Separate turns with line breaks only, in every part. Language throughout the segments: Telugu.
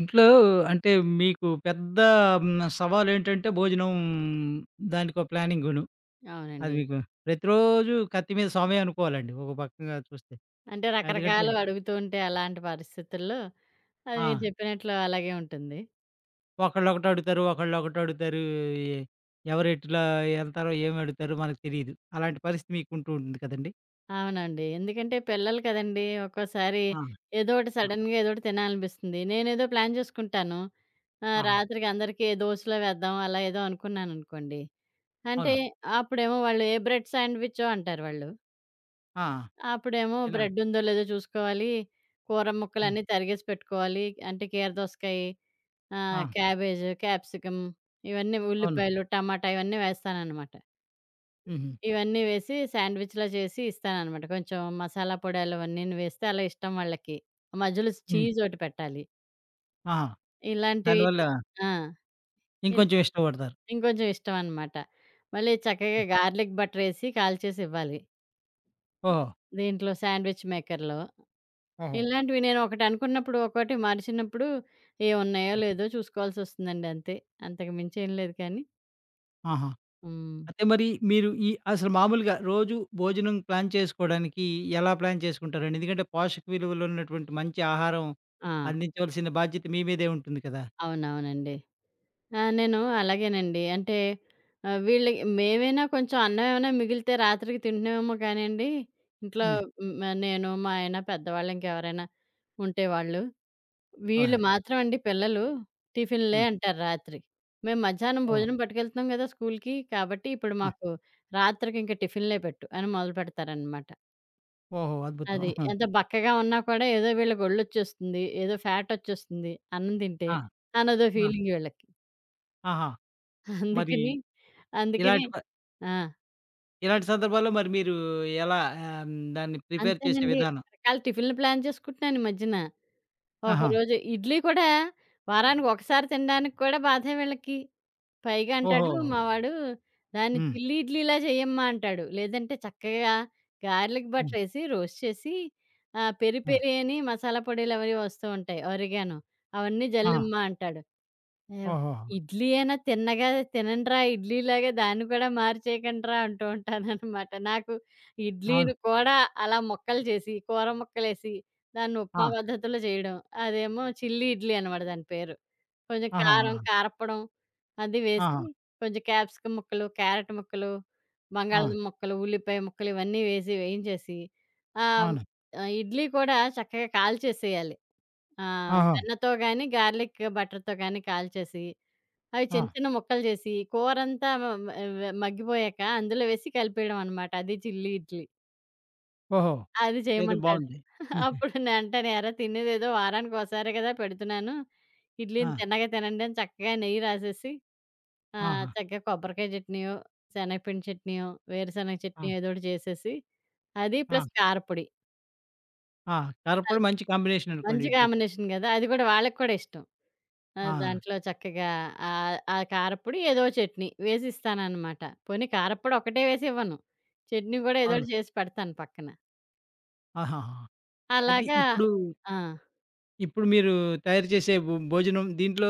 ఇంట్లో అంటే మీకు పెద్ద సవాలేంటంటే భోజనం దానికో ప్లానింగును. అది
అవునండి.
మీకు ప్రతిరోజు కత్తి మీద సామే అనుకోవాలండి ఒక పక్కగా చూస్తే.
అంటే
ఎందుకంటే
రకరకాలు అడుగుతూ ఉంటే అలాంటి పరిస్థితుల్లో అది మీరు
ఆ!
చెప్పినట్లు అలాగే ఉంటుంది.
ఒకళ్ళొకటి అడుగుతారు, ఒకళ్ళొకటి అడుగుతారు. ఎ ఎవరు ఎట్లా ఎళ్తారో ఏమి అడుగుతారో మనకు తెలీదు. అలాంటి పరిస్థితి మీకు ఉంటూ ఉంటుంది కదండీ.
అవునండి. ఎందుకంటే పిల్లలు కదండీ! ఒక్కోసారి
ఆ!
ఏదో ఒకటి
ఆ!
సడెన్‌గా ఏదో ఒకటి తినాలనిపిస్తుంది. నేనేదో ప్లాన్ చేసుకుంటాను.
ఆహా!
రాత్రికి అందరికీ దోసలో వేద్దాం అలా ఏదో అనుకున్నాననుకోండి. అంటే
అవును.
అప్పుడేమో వాళ్ళు ఏ బ్రెడ్ శాండ్‌విచో అంటారు వాళ్ళు.
ఆ!
అప్పుడేమో
ఇలా
బ్రెడ్ ఉందో లేదో చూసుకోవాలి. కూర
హ్మ్.
ముక్కలన్నీ తరిగేసి పెట్టుకోవాలి. అంటే కీర దోసకాయి ఆ!
ఆ!
క్యాబేజ్, క్యాప్సికమ్ ఇవన్నీ
అవును.
ఉల్లిపాయలు, టమాటా ఇవన్నీ వేస్తాననమాట.
హుహు.
ఇవన్నీ వేసి శాండ్‌విచ్‌లా చేసి ఇస్తాననమాట. కొంచెం మసాలా పొడాలు అవన్నీను వేస్తే అలా ఇష్టం వాళ్ళకి. మధ్యలో
హ్మ్.
చీజ్ ఒకటి పెట్టాలి.
ఆహా!
ఇలాంటివి
దానివల్ల
ఆ! ఇల్
ఇంకొంచెం ఇష్టపడతారు.
ఇంకొంచెం ఇష్టం అనమాట. మళ్ళీ చక్కగా
హ్మ్.
గార్లిక్ బటరేసి కాల్చేసి ఇవ్వాలి.
ఓహో!
దీంట్లో శాండ్‌విచ్ మేకర్‌లో.
ఓహో!
ఇలాంటివి నేను ఒకటి అనుకున్నప్పుడు, ఒకటి మరిచినప్పుడు ఏవున్నాయో
హ్మ్.
లేదో చూసుకోవాల్సొస్తుందండి అంతే. అంతకు మించి ఏం లేదు కానీ.
ఆహా!
హ్మ్.
అయితే మరి మీరు ఈ అసలు మామూలుగా రోజు భోజనం ప్లాన్ చేసుకోవడానికి ఎలా ప్లాన్ చేసుకుంటారండి? ఎందుకంటే పోషక విలువలు ఉన్నటువంటి మంచి ఆహారం
ఆ!
అందించవలసిన బాధ్యత మీ మీదే ఉంటుంది కదా!
అవునవునండి. ఆ! నేను అలాగేనండి. అంటే ఆహ్, వీళ్ళ మేమైనా కొంచెం అన్నం ఏమైనా మిగిలితే రాత్రికి తింటున్నామేమో కానండి, ఇంట్లో
హ్మ్.
నేను, మా ఆయన, పెద్దవాళ్ళు ఇంకెవరైనా ఉంటే వాళ్ళు. వీళ్ళు
అవునండి.
మాత్రం అండి పిల్లలు టిఫిన్‌లే
హ్మ్.
అంటారు రాత్రి. మేము మధ్యాహ్నం
ఓహ్!
భోజనం పట్టుకెళ్తున్నాం కదా స్కూల్‌కి, కాబట్టి ఇప్పుడు
ఆ!
మాకు రాత్రికి ఇంక టిఫిన్‌లే పెట్టు అని మొదలుపెడతారనమాట.
ఓహో! అద్భుతం.
అది.
ఆహా!
ఎంత బక్కగా ఉన్నా కూడా ఏదో వీళ్ళకి ఒళ్ళొచ్చేస్తుంది, ఏదో ఫ్యాటొచ్చేస్తుంది అన్నం తింటే,
ఆ!
అనదో
ఆ!
ఫీలింగ్ వీళ్ళకి.
ఆహా! మరి
అందుకని, అందుకని
ఇలాంటి ప
ఆ!
ఇలాంటి సందర్భాల్లో మరి మీరు ఎలా దాన్ని ప్రిపేర్ చేసే
అంతేనండి.
విధానం?
రకరకాల టిఫిన్‌లు ప్లాన్ చేసుకుంటున్నాను ఈ మధ్యన.
ఆహా!
ఒకరోజు ఇడ్లీ కూడా వారానికి ఒకసారి తినడానికి కూడా బాధే వీళ్ళకి. పైగా
ఓహో!
అంటాడు మా వాడు, "దాన్ని
హ్మ్.
చిల్లి ఇడ్లీలా చెయ్యమ్మా" అంటాడు. లేదంటే చక్కగా గార్లిక్
హ్మ్.
బటర్ ఏసి రోస్ట్ చేసి పెరి
ఆ!
పెరి అని మసాలా పొడిలవీ వస్తూ ఉంటాయి. ఒరిగానో అవన్నీ
ఆహా!
జల్లమ్మా అంటాడు. యావ్
ఓహోహో!
ఇడ్లీ అయినా తిన్నగా తినండ్రా ఇడ్లీలాగా దాన్ని కూడా మార్చేయకండ్రా అంటూ ఉంటాననమాట. నాకు
అవును.
ఇడ్లీని కూడా అలా ముక్కలు చేసి, కూర ముక్కలేసి దాన్ని
ఆ!
ఉప్మా పద్ధతిలో చేయడం. అదేమో చిల్లీ ఇడ్లీ అనమాట దాని పేరు. కొంచెం కారం,
ఆహాహా!
కారప్పొడం అది వేసి
ఆహా!
కొంచెం క్యాప్సికమ్ ముక్కలు, క్యారట్ ముక్కలు,
ఆ!
బంగాళదుంప ముక్కలు, ఉల్లిపాయ ముక్కలు ఇవన్నీ వేసి వేయించేసి ఆహ్,
అవును.
ఆహ్, ఇడ్లీ కూడా చక్కగా కాల్చేసేయాలి. ఆ!
ఆహా!
వెన్నతో గాని, గార్లిక్ బటర్‌తో గాని కాల్చేసి, అవి
ఆ!
చిన్న చిన్న ముక్కలు చేసి, కూరంతా మ మ వ మగ్గిపోయాక అందులో వేసి కలిపేయడం అనమాట. అది చిల్లి ఇడ్లీ.
ఓహో!
అది
ఏదో
చేయమంటాడు.
బావుంది. హుహు.
అప్పుడు నేనంటాను, "ఏరా తినేదేదో వారానికోసారే కదా పెడుతున్నాను.
ఆ!
ఇడ్లీని తిన్నగా తినండి" అని చక్కగా నెయ్యి రాసేసి,
ఆహా!
చక్కగా కొబ్బరికాయ చట్నీయో, శనగపిండి చట్నీయో, వేరుశనగ
ఆ!
చట్నీ ఏదోకటి చేసేసి, అది
ఆ!
ప్లస్ కారపొడి.
ఆ! కారప్పొడి మంచి కాంబినేషన్ అనుకోండి
మంచి
ఇడ్లీకి.
కాంబినేషన్ కదా! అది కూడా వాళ్ళకి కూడా ఇష్టం. ఆ!
ఆ!
దాంట్లో చక్కగా ఆ కారప్పొడి ఏదో చట్నీ వేసిస్తాననమాట. పోనీ కారప్పొడి ఒకటే వేసివ్వను. చట్నీ గూడా ఏదోటి
అవును.
చేసి పెడతాను పక్కన.
ఆహాహా! అయితే
అలాగా
ఇప్పుడు,
ఆ!
ఇప్పుడు మీరు తయారు చేసే భోజనం దీంట్లో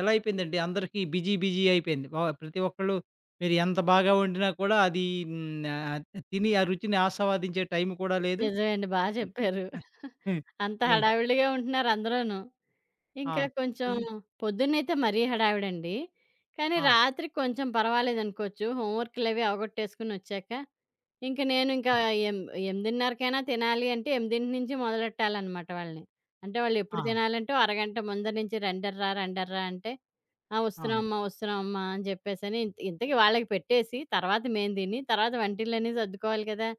ఎలా అయిపోయిందండి? అందరికీ బిజీ బిజీ అయిపోయింది. ప్రతి ఒక్కళ్ళు మీరు ఎంత బాగా వండినా కూడా అది హ్మ్, ఆహ్, తిని ఆ రుచిని ఆస్వాదించే టైం కూడా లేదు.
నిజమే అండి. బా
హ్మ్.
చెప్పారు. అంత
ఏ
హడావిడిగా ఉంటున్నారు అందరూను.
ఆ!
ఇంకా కొంచెం
ఈ
పొద్దున్నైతే మరీ హడావిడండి. కానీ
ఆ!
రాత్రి కొంచెం పర్వాలేదనుకోవచ్చు. హోంవర్క్‌లవి అవగొట్టేసుకొనొచ్చాక ఇంక నేను ఇంకా ఎం 8:30కైనా తినాలి అంటే 8 నుంచి మొదలెట్టాలనమాట వాళ్ళని. అంటే వాళ్ళెప్పుడు
ఆ!
తినాలంటే ఓ అరగంట ముందర నుంచి "రండర్రా, రండర్రా" అంటే, "ఆ!
ఆ!
వస్తున్నామమ్మా, వస్తున్నామమ్మా" అని చెప్పేసని ఇంత ఇంతకీ వాళ్ళకి పెట్టేసి తర్వాత మేము తిని, తర్వాత వంటిల్లన్నీ సర్దుకోవాలి కదా!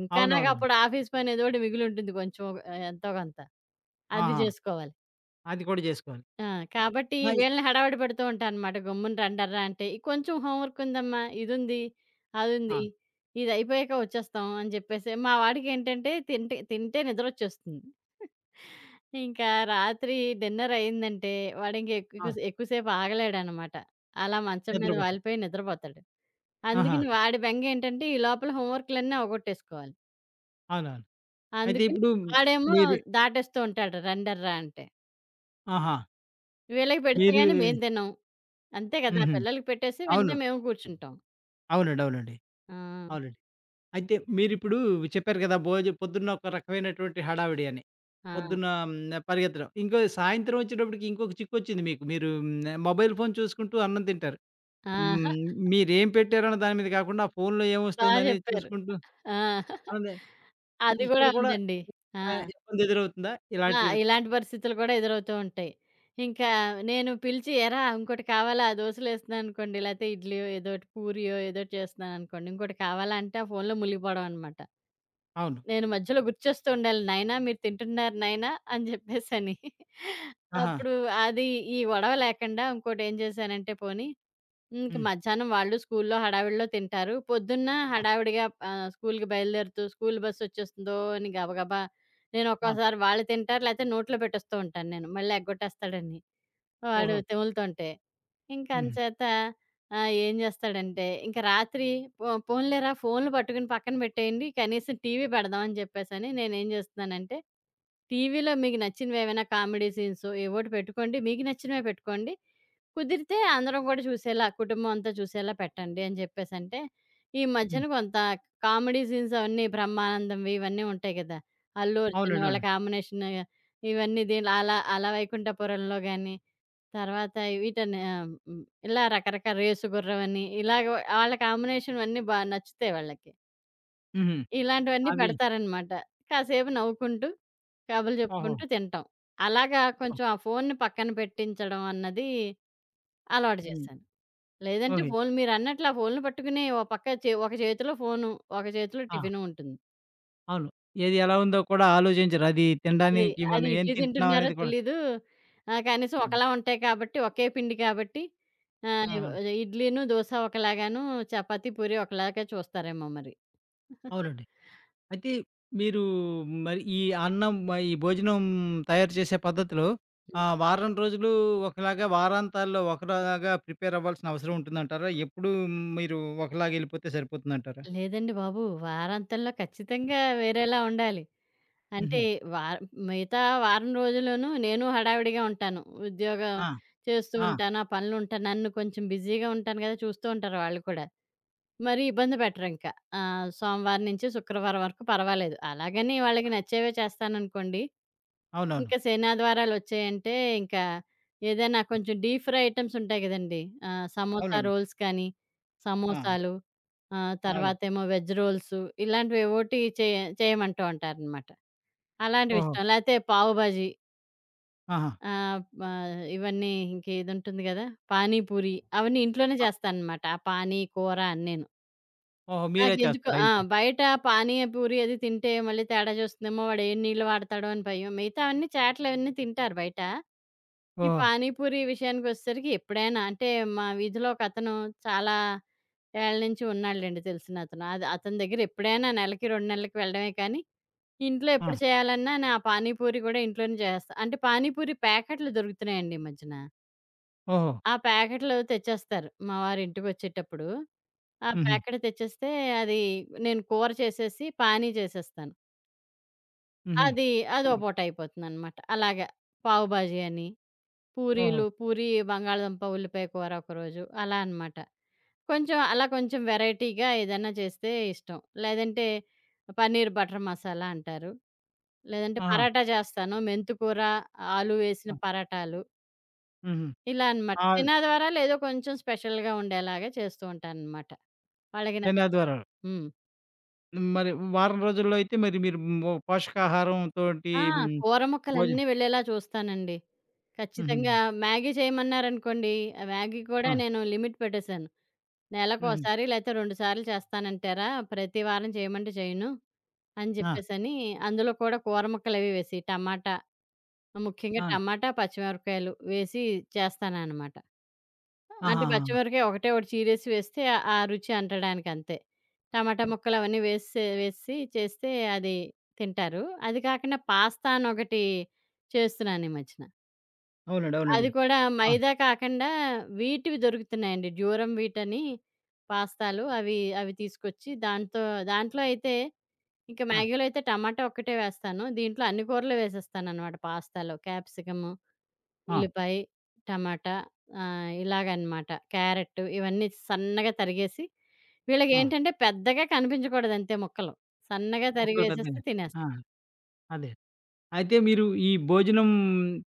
ఇంకా
అవునవును.
నాకప్పుడు ఆఫీస్ పని ఏదోకటి మిగిలుంటుంది కొంచెం ఒక ఎంతో కొంత. అది
ఆహా!
జేసుకోవాలి.
అది కూడా జేసుకోవాలి.
ఆ!
అ!
కాబట్టి
అయి
వీళ్ళని హడావిడి పెడుతూ ఉంటానమాట. గమ్మున రండర్రా అంటే, "ఈ కొంచెం హోంవర్క్ ఉందమ్మా, ఇదుంది, అదుంది,
ఆ!
ఇదయిపోయాక వచ్చేస్తాం అని చెప్పేసి మా వాడికేంటంటే తింటే తింటే నిద్రొచ్చేస్తుంది. ఇంకా రాత్రి డిన్నరయిందంటే వాడింక
ఆ!
ఎక్కువసేపు ఆగలేడనమాట. అలా మంచం మీద
నిద్రపోతారు.
వాలిపోయి నిద్రపోతాడు.
ఆహా!
అందుకని వాడి బెంగేంటంటే ఈ లోపల హోంవర్క్‌లన్నీ అవగొట్టేసుకోవాలి.
అవునవును. అయితే
అందుకని
ఇప్పుడు
వాడేమో
మీరు
దాటేస్తూ ఉంటాడు రండర్రా అంటే.
ఆహా!
వీళ్ళకి పెడితే
మీరు
గాని మేము తినం. అంతే కదా!
హుహు.
పిల్లలకి పెట్టేసి
అవును.
వెంటనే మేము కూర్చుంటాం.
అవునండి. అవునండి.
ఆ!
అవునండి. అయితే మీరిప్పుడు చెప్పారు కదా! పొద్దున్న ఒక రకమైనటువంటి హడావిడి అని.
ఆ!
పొద్దున్న పరిగెత్తడం. ఇంకో సాయంత్రం వచ్చేటప్పటికి ఇంకొక చిక్కొచ్చింది మీకు. మీరు మొబైల్ ఫోన్ చూసుకుంటూ అన్నం తింటారు.
ఆ!
హ్మ్. మీరేం పెట్టారన్న దాని మీద కాకుండా ఆ ఫోన్‌లో
బా
ఏమొస్తుందనేది
జెప్పారు.
చూసుకుంటూ
ఆ!
అలానే
అది గూడా
ఇక్కడ కూడా
ఉందండి. ఆ!
ఇబ్బంది ఎదురవుతుందా?
ఆ!
ఇలాంటిది
ఇలాంటి పరిస్థితులు కూడా ఎదురవుతూ ఉంటాయి. ఇంకా నేను పిలిచి "ఏరా ఇంకోటి కావాలా? దోసలేస్తున్నాననుకోండి, లేతే ఇడ్లీయో ఏదోటి, పూరియో ఏదోటి చేస్తున్నాననుకోండి, ఇంకోటి కావాలా?" అంటే ఆ ఫోన్‌లో మునిగిపోవడం అనమాట.
అవును.
నేను మధ్యలో గుర్తు చేస్తూ ఉండాలి. "నాయనా మీరు తింటున్నారు నాయనా" అని జెప్పేసని.
ఆహా!
అప్పుడు అది ఈ గొడవ లేకుండా ఇంకోటేం చేశానంటే పోనీ ఇంక
హ్మ్.
మధ్యాహ్నం వాళ్ళు స్కూల్లో హడావిడిలో తింటారు. పొద్దున్న
ఆ!
హడావిడిగా స్కూల్‌కి బయలుదేరుతూ స్కూల్ బస్సొచ్చేస్తుందో అని గబగబా
అవును.
నేనొక్కోసారి వాళ్ళు తింటారు, లేతే నోట్లో పెట్టేస్తూ ఉంటాను నేను. మళ్ళీ ఎగ్గొట్టేస్తాడని వాడు
ఓహో!
తెములుతుంటే. ఇంక
హ్మ్.
అంచేత ఏం చేస్తాడంటే, ఇంక రాత్రి పోన్లేరా ఫోన్‌లు పట్టుకుని పక్కన పెట్టేయండి. కనీసం టీవీ పెడదామని చెప్పేసని నేనేం చేస్తున్నానంటే, టీవీలో మీకు నచ్చినవేవైనా కామెడీ సీన్సో ఏవోటి పెట్టుకోండి. మీకు నచ్చినవే పెట్టుకోండి. కుదిరితే అందరం గూడా చూసేలా, కుటుంబం అంతా చూసేలా పెట్టండి అని జెప్పేసంటే, ఈ మధ్యన
హ్మ్.
కొంత కామెడీ సీన్స్ అవన్నీ బ్రహ్మానందంవి ఇవన్నీ ఉంటాయి గదా! అల్లు
అవునండి.
అర్జున్ వాళ్ళ
అవునండి.
కాంబినేషన్ ఇవన్నీ దీనిలో అలా అలా వైకుంఠపురంలో గాని, తర్వాత వీటని ఇలా రకరకాల రేసు గుర్రం అని ఇలాగ వాళ్ళ కాంబినేషన్ అన్నీ బా నచ్చుతాయి వాళ్ళకి.
హుహు.
ఇలాంటివన్నీ
అవి
పెడతారనమాట. కాసేపు నవ్వుకుంటూ, కబుర్లు
ఓహో!
చెప్పుకుంటూ తింటాం. అలాగా
ఓహ్!
కొంచెం ఆ ఫోన్‌ని పక్కన పెట్టించడం అన్నది అలవాటు
హ్మ్.
చేశాను. లేదంటే
ఓకే.
ఫోన్లు మీరన్నట్లు ఆ ఫోన్లు పట్టుకుని ఓ పక్క ఒక చేతిలో ఫోను, ఒక చేతిలో
ఆ!
టిఫిను ఉంటుంది.
అవును. ఏది ఎలా ఉందో కూడా ఆలోచించరు. అది
అది
తినడానికి
అది
మనం ఏం
ఇడ్లీ
తింటున్నాం
తింటున్నారో
అనేది కూడా
తెలీదు. కనీసం
హ్మ్.
ఒకలా ఉంటాయి కాబట్టి, ఒకే పిండి కాబట్టి ఆహ్, ఇవ్
ఆహా!
ఇడ్లీను, దోస ఒకలాగాను, చపాతీ, పూరి ఒకలాగా చూస్తారేమో మరి.
అవునండి. అయితే మీరు మరి ఈ అన్నం ఈ భోజనం తయారు చేసే పద్ధతిలో
ఉమ్.
వారం రోజులు ఒకలాగా, వారాంతాల్లో ఒకలాగా ప్రిపేర్ అవ్వాల్సిన అవసరం ఉంటుందంటారా? ఎప్పుడూ మీరు ఒకలాగా ఎళ్ళిపోతే సరిపోతుందంటారా?
లేదండి బాబు! వారాంతంలో ఖచ్చితంగా వేరేలా ఉండాలి. అంటే
హుహు.
వార్ మిగతా వారం రోజుల్లోనూ నేను హడావిడిగా ఉంటాను. ఉద్యోగం
ఆ!
చేస్తూ
ఆ!
ఉంటాను. ఆ పనులు ఉంటా నన్ను కొంచెం బిజీగా ఉంటాను కదా! చూస్తూ ఉంటారు వాళ్ళు కూడా. మరి ఇబ్బంది పెట్టరింక. సోమవారం నుంచి శుక్రవారం వరకు పర్వాలేదు. అలాగని వాళ్ళకి నచ్చేవే చేస్తాననుకోండి.
అవునవును.
ఇంక శనాదివారాలొచ్చాయంటే, ఇంకా ఏదైనా కొంచెం డీప్ ఫ్రై ఐటెమ్స్ ఉంటాయి గదండీ! సమోసా
అవునండి.
రోల్స్ కానీ,
ఆ!
సమోసాలు
అవును.
తర్వాతేమో వెజ్ రోల్స్ ఇలాంటివేవోటి చేయమంటూ ఉంటారనమాట.
ఓహో!
అలాంటివిష్టం. లేతే పావు బాజీ
ఆహా!
ఆహ్, మ ఇవన్నీ ఇంకేదుంటుంది గదా! పానీ పూరి అవన్నీ ఇంట్లోనే
అ
చేస్తాననమాట. ఆ పానీ, కూర అన్నీను.
ఓహో! మీరే
నాకెందుకో
చేస్తారా
ఆ!
ఇంట్లో?
బయట పానీ, పూరి అది తింటే మళ్ళీ తేడా చూస్తుందేమో వాడు ఏం నీళ్ళు వాడతాడో అని భయం. మిగతావన్నీ చాట్‌లవన్నీ తింటారు బయట. ఈ
ఓహో!
పానీ, పూరి విషయానికొచ్చేసరికి ఎప్పుడైనా అంటే మా వీధిలో ఒకతను చాలా ఏళ్ళ నుంచి ఉన్నాడులెండి తెలిసినతను. అది అతని దగ్గర ఎప్పుడైనా నెలకి 2 నెలలకి వెళ్ళడమే కానీ, ఇంట్లో
ఆ!
ఎప్పుడు చేయాలన్నా నా పానీ, పూరి కూడా ఇంట్లోనే చేసేస్తా. అంటే పానీ, పూరి ప్యాకెట్లు దొరుకుతున్నాయండి ఈ మధ్యన.
ఓహో!
ఆ ప్యాకెట్లు తెచ్చేస్తారు మా వారు ఇంటికొచ్చేటప్పుడు. ఆ!
హుహు.
ప్యాకెట్ తెచ్చేస్తే అది నేను కూర చేసేసి పానీ చేసేస్తాను.
హుహు.
అది అదో పూట అయిపోతుందనమాట. అలాగా పావు బాజీ అని,
ఓహో!
పూరీలు పూరీ బంగాళదుంప ఉల్లిపాయ కూర ఒకరోజు అలా అనమాట. కొంచెం అలా కొంచెం వెరైటీగా ఏదైనా చేస్తే ఇష్టం. లేదంటే పన్నీర్ బటర్ మసాలా అంటారు. లేదంటే
ఆహా!
పరాటా చేస్తాను. మెంతికూర, ఆలు వేసిన
ఆ!
పరాటాలు
హుహు.
ఇలా అనమాట.
ఆ!
తినాది వారాలు ఏదో కొంచెం స్పెషల్‌గా ఉండేలాగా చేస్తూ ఉంటాననమాట. వాళ్ళకి
శని,
నచ్చేలాగా.
ఆదివారాలు.
హ్మ్.
మరి వారం రోజుల్లో అయితే మరి మీరు పోషకాహారంతోటి
ఆ! కూర ముక్కలన్నీ
భోజనం
వెళ్ళేలా చూస్తానండి.
హుహు.
ఖచ్చితంగా మ్యాగీ చేయమన్నారనుకోండి, ఆ మ్యాగీ కూడా
ఆ!
నేను లిమిట్ పెట్టేశాను.
హుహు.
నెలకోసారి లేతే 2 సార్లు చేస్తానంటారా, ప్రతి వారం చేయమంటే చేయను అని
ఆ!
జెప్పేసని, అందులో కూడా కూర ముక్కలవి వేసి, టమాటా ముఖ్యంగా
అవును.
టమాటా, పచ్చిమిరపకాయలు వేసి చేస్తాననమాట. అంటే
ఆహాహాహా!
పచ్చిమిరపకాయ ఒకటే ఒకటి చీరేసి వేస్తే ఆ ఆ రుచి అంటడానికి అంతే. టమాటా ముక్కలు అవన్నీ వేసి చేస్తే అది తింటారు. అది కాకుండా పాస్తా అనొకటి చేస్తున్నాను ఈ మధ్యన.
అవునండి.
అది
అవునండి.
కూడా
ఆ!
మైదా కాకుండా వీటివి దొరుకుతున్నాయండి. డ్యూరమ్ వీట్ అని పాస్తాలు అవి అవి తీసుకొచ్చి దాంతో దాంట్లో అయితే ఇంక
ఆ!
మ్యాగీలో అయితే టమాటా ఒక్కటే వేస్తాను. దీంట్లో అన్ని కూరలు వేసేస్తాననమాట పాస్తాలో. క్యాప్సికము
ఆ!
ఉల్లిపాయ, టమాటా ఇలాగనమాట. క్యారెట్ ఇవన్నీ సన్నగా తరిగేసి
ఆ!
వీళ్ళకేంటంటే పెద్దగా కనిపించకూడదు అంతే ముక్కలు. సన్నగా
మొక్కలు
తరిగేసేస్తే
పెద్దగా ఆ!
తినేస్తారు.
అదే. అయితే మీరు ఈ భోజనం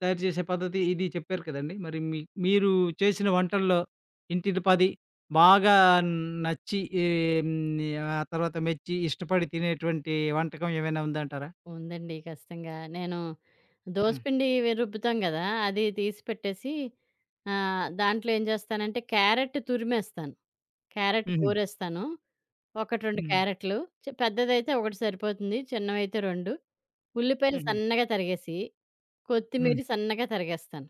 తయారు చేసే పద్ధతి ఇది చెప్పారు కదండీ! మరి మీరు చేసిన వంటల్లో ఇంటిల్లిపాది బాగా నచ్చి ఏం ఆ తర్వాత మెచ్చి ఇష్టపడి తినేటువంటి వంటకం ఏమైనా ఉందంటారా?
ఉందండి ఖచ్చితంగా. నేను
హ్మ్.
దోసపిండి రుబ్బుతాం గదా! అది తీసి పెట్టేసి దాంట్లో ఏం చేస్తానంటే క్యారెట్ తురిమేస్తాను. క్యారెట్
హుహు.
కూరేస్తాను. 1, 2
హ్మ్.
క్యారెట్లు. పెద్దదైతే ఒకటి సరిపోతుంది. చిన్నవైతే 2 ఉల్లిపాయలు
హుహు.
సన్నగా తరిగేసి,
హ్మ్.
కొత్తిమీరి సన్నగా తరిగేస్తాను.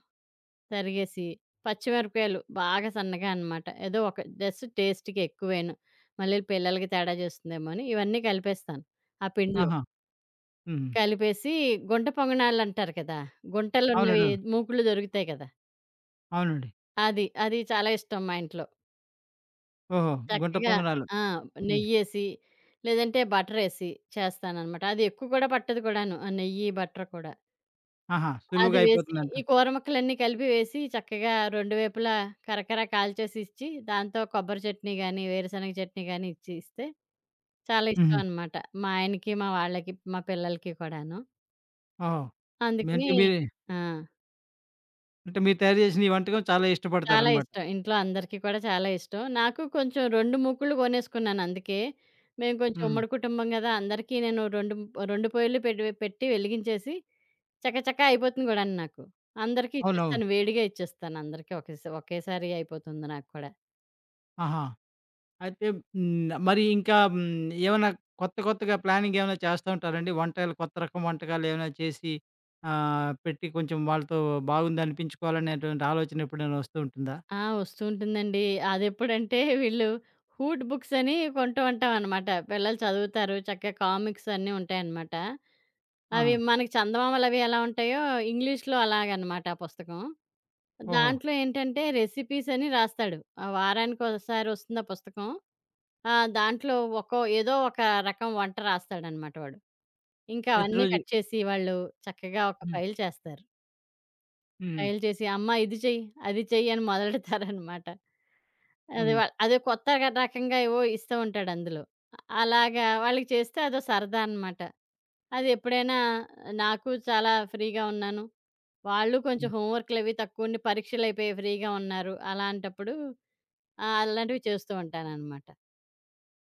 తరిగేసి, పచ్చిమిరపకాయలు బాగా సన్నగా అనమాట. ఏదో ఒక జస్ట్ టేస్ట్‌కి ఎక్కువేను. మళ్ళీ పిల్లలకి తేడా చేస్తుందేమో అని ఇవన్నీ కలిపేస్తాను ఆ పిండిలో.
ఆహా! హుహు.
కలిపేసి గుంట పొంగనాలంటారు కదా!
అవునండి.
గుంటలున్నవి
అవును.
మూకుడ్లు దొరుకుతాయి కదా!
అవునండి.
అది. అది చాలా ఇష్టం మా ఇంట్లో.
ఓహో! గుంట
చక్కగా
పొంగనాలు.
ఆ!
హ్మ్.
నెయ్యేసి లేదంటే బటరేసి చేస్తాననమాట. అది ఎక్కువ కూడా పట్టదు కూడాను. ఆ నెయ్యి, బటర్ కూడా.
ఆహా!
అది
సులువుగా
వేసి,
అయిపోతుందంట.
ఈ కూర ముక్కలన్నీ కలిపి వేసి, చక్కగా రెండు వైపులా కరకర కాల్చేసి ఇచ్చి, దాంతో కొబ్బరి చట్నీ గానీ, వేరుశనగ చట్నీ గానీ ఇచ్చి ఇస్తే, చాలా ఇష్టం
హుహు.
అనమాట. మా ఆయనకి, మా వాళ్ళకి, మా పిల్లలకి కూడాను.
ఓహో! మీ
అందుకని
అంటే మీరు
ఆ!
అంటే మీరు తయారు చేసిన ఈ వంటకం చాలా
చాలా
ఇష్టపడతారనమాట.
ఇష్టం. ఇంట్లో అందరికీ కూడా చాలా ఇష్టం. నాకు కొంచెం 2 ముక్కులు కొనేసుకున్నాను అందుకే. మేము కొంచెం
హ్మ్.
ఉమ్మడి కుటుంబం గదా! అందరికీ నేను 2 పొయ్యిలు పెట్టి వెలిగించేసి చకచకా అయిపోతుంది గూడాను నాకు. అందరికీ
అవునవును.
ఇచ్చేస్తాను. వేడిగా ఇచ్చేస్తాను అందరికీ ఒకేసారి అయిపోతుంది నాకు కూడా.
ఆహా! అయితే హ్మ్. మరి ఇంకా హ్మ్. ఏమన్నా కొత్త కొత్తగా ప్లానింగ్ ఏమైనా చేస్తా ఉంటారండి? వంటలు కొత్త రకం వంటకాలు ఏమైనా చేసి పెట్టి కొంచెం వాళ్ళతో బాగుంది అనిపించుకోవాలనేటువంటి ఆలోచన ఎప్పుడైనా వస్తూ ఉంటుందా?
ఆ! వస్తూ ఉంటుందండి. అదెప్పుడంటే వీళ్ళు హూట్ బుక్స్ అని కొంటూ ఉంటామనమాట. పిల్లలు చదువుతారు. చక్కగా కామిక్స్ అన్నీ ఉంటాయనమాట. అవి
ఆహా!
మనకి చందమామలవి ఎలా ఉంటాయో ఇంగ్లీష్‌లో అలాగనమాట ఆ పుస్తకం.
ఓహో!
దాంట్లో ఏంటంటే రెసిపీస్ అని రాస్తాడు. ఆ వారానికోసారి వస్తుంది ఆ పుస్తకం. ఆ! దాంట్లో ఒక్కో ఏదో ఒక రకం వంట రాస్తాడనమాట వాడు. ఇంకా అవన్నీ
ప్రతిరోజు
కట్ చేసి వాళ్ళు చక్కగా ఒక
హ్మ్.
ఫైల్ చేస్తారు.
హ్మ్.
ఫైల్ చేసి అమ్మా ఇది చెయ్యి, అది చెయ్యి అని మొదలెడతారనమాట. అది
హ్మ్.
అదో కొత్త రకంగా ఏవో ఇస్తూ ఉంటాడు అందులో. అలాగా వాళ్ళకి చేస్తే అదో సరదా అనమాట. అది ఎప్పుడైనా నాకు చాలా ఫ్రీగా ఉన్నాను. వాళ్ళు కొంచెం
హ్మ్.
హోంవర్క్‌లు అవి తక్కువ ఉండి పరీక్షలయిపోయి ఫ్రీగా ఉన్నారు. అలాంటప్పుడు అలాంటివి చేస్తూ ఉంటాననమాట.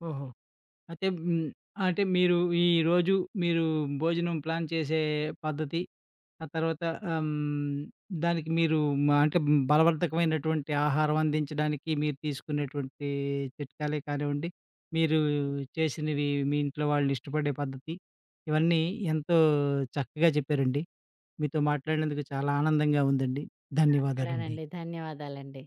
ఓహో! అయితే హ్మ్. అంటే మీరు ఈరోజు మీరు భోజనం ప్లాన్ చేసే పద్ధతి ఆ తర్వాత ఆహ్, హ్మ్, దానికి మీరు అంటే బలవర్ధకమైనటువంటి ఆహారం అందించడానికి మీరు తీసుకునేటువంటి చిట్కాలే కానివ్వండి, మీరు చేసినవి మీ ఇంట్లో వాళ్ళు ఇష్టపడే పద్ధతి, ఇవన్నీ ఎంతో చక్కగా చెప్పారండి. మీతో మాట్లాడినందుకు చాలా ఆనందంగా ఉందండి. ధన్యవాదాలండి.
ఇక్కడేనండి. ధన్యవాదాలండి.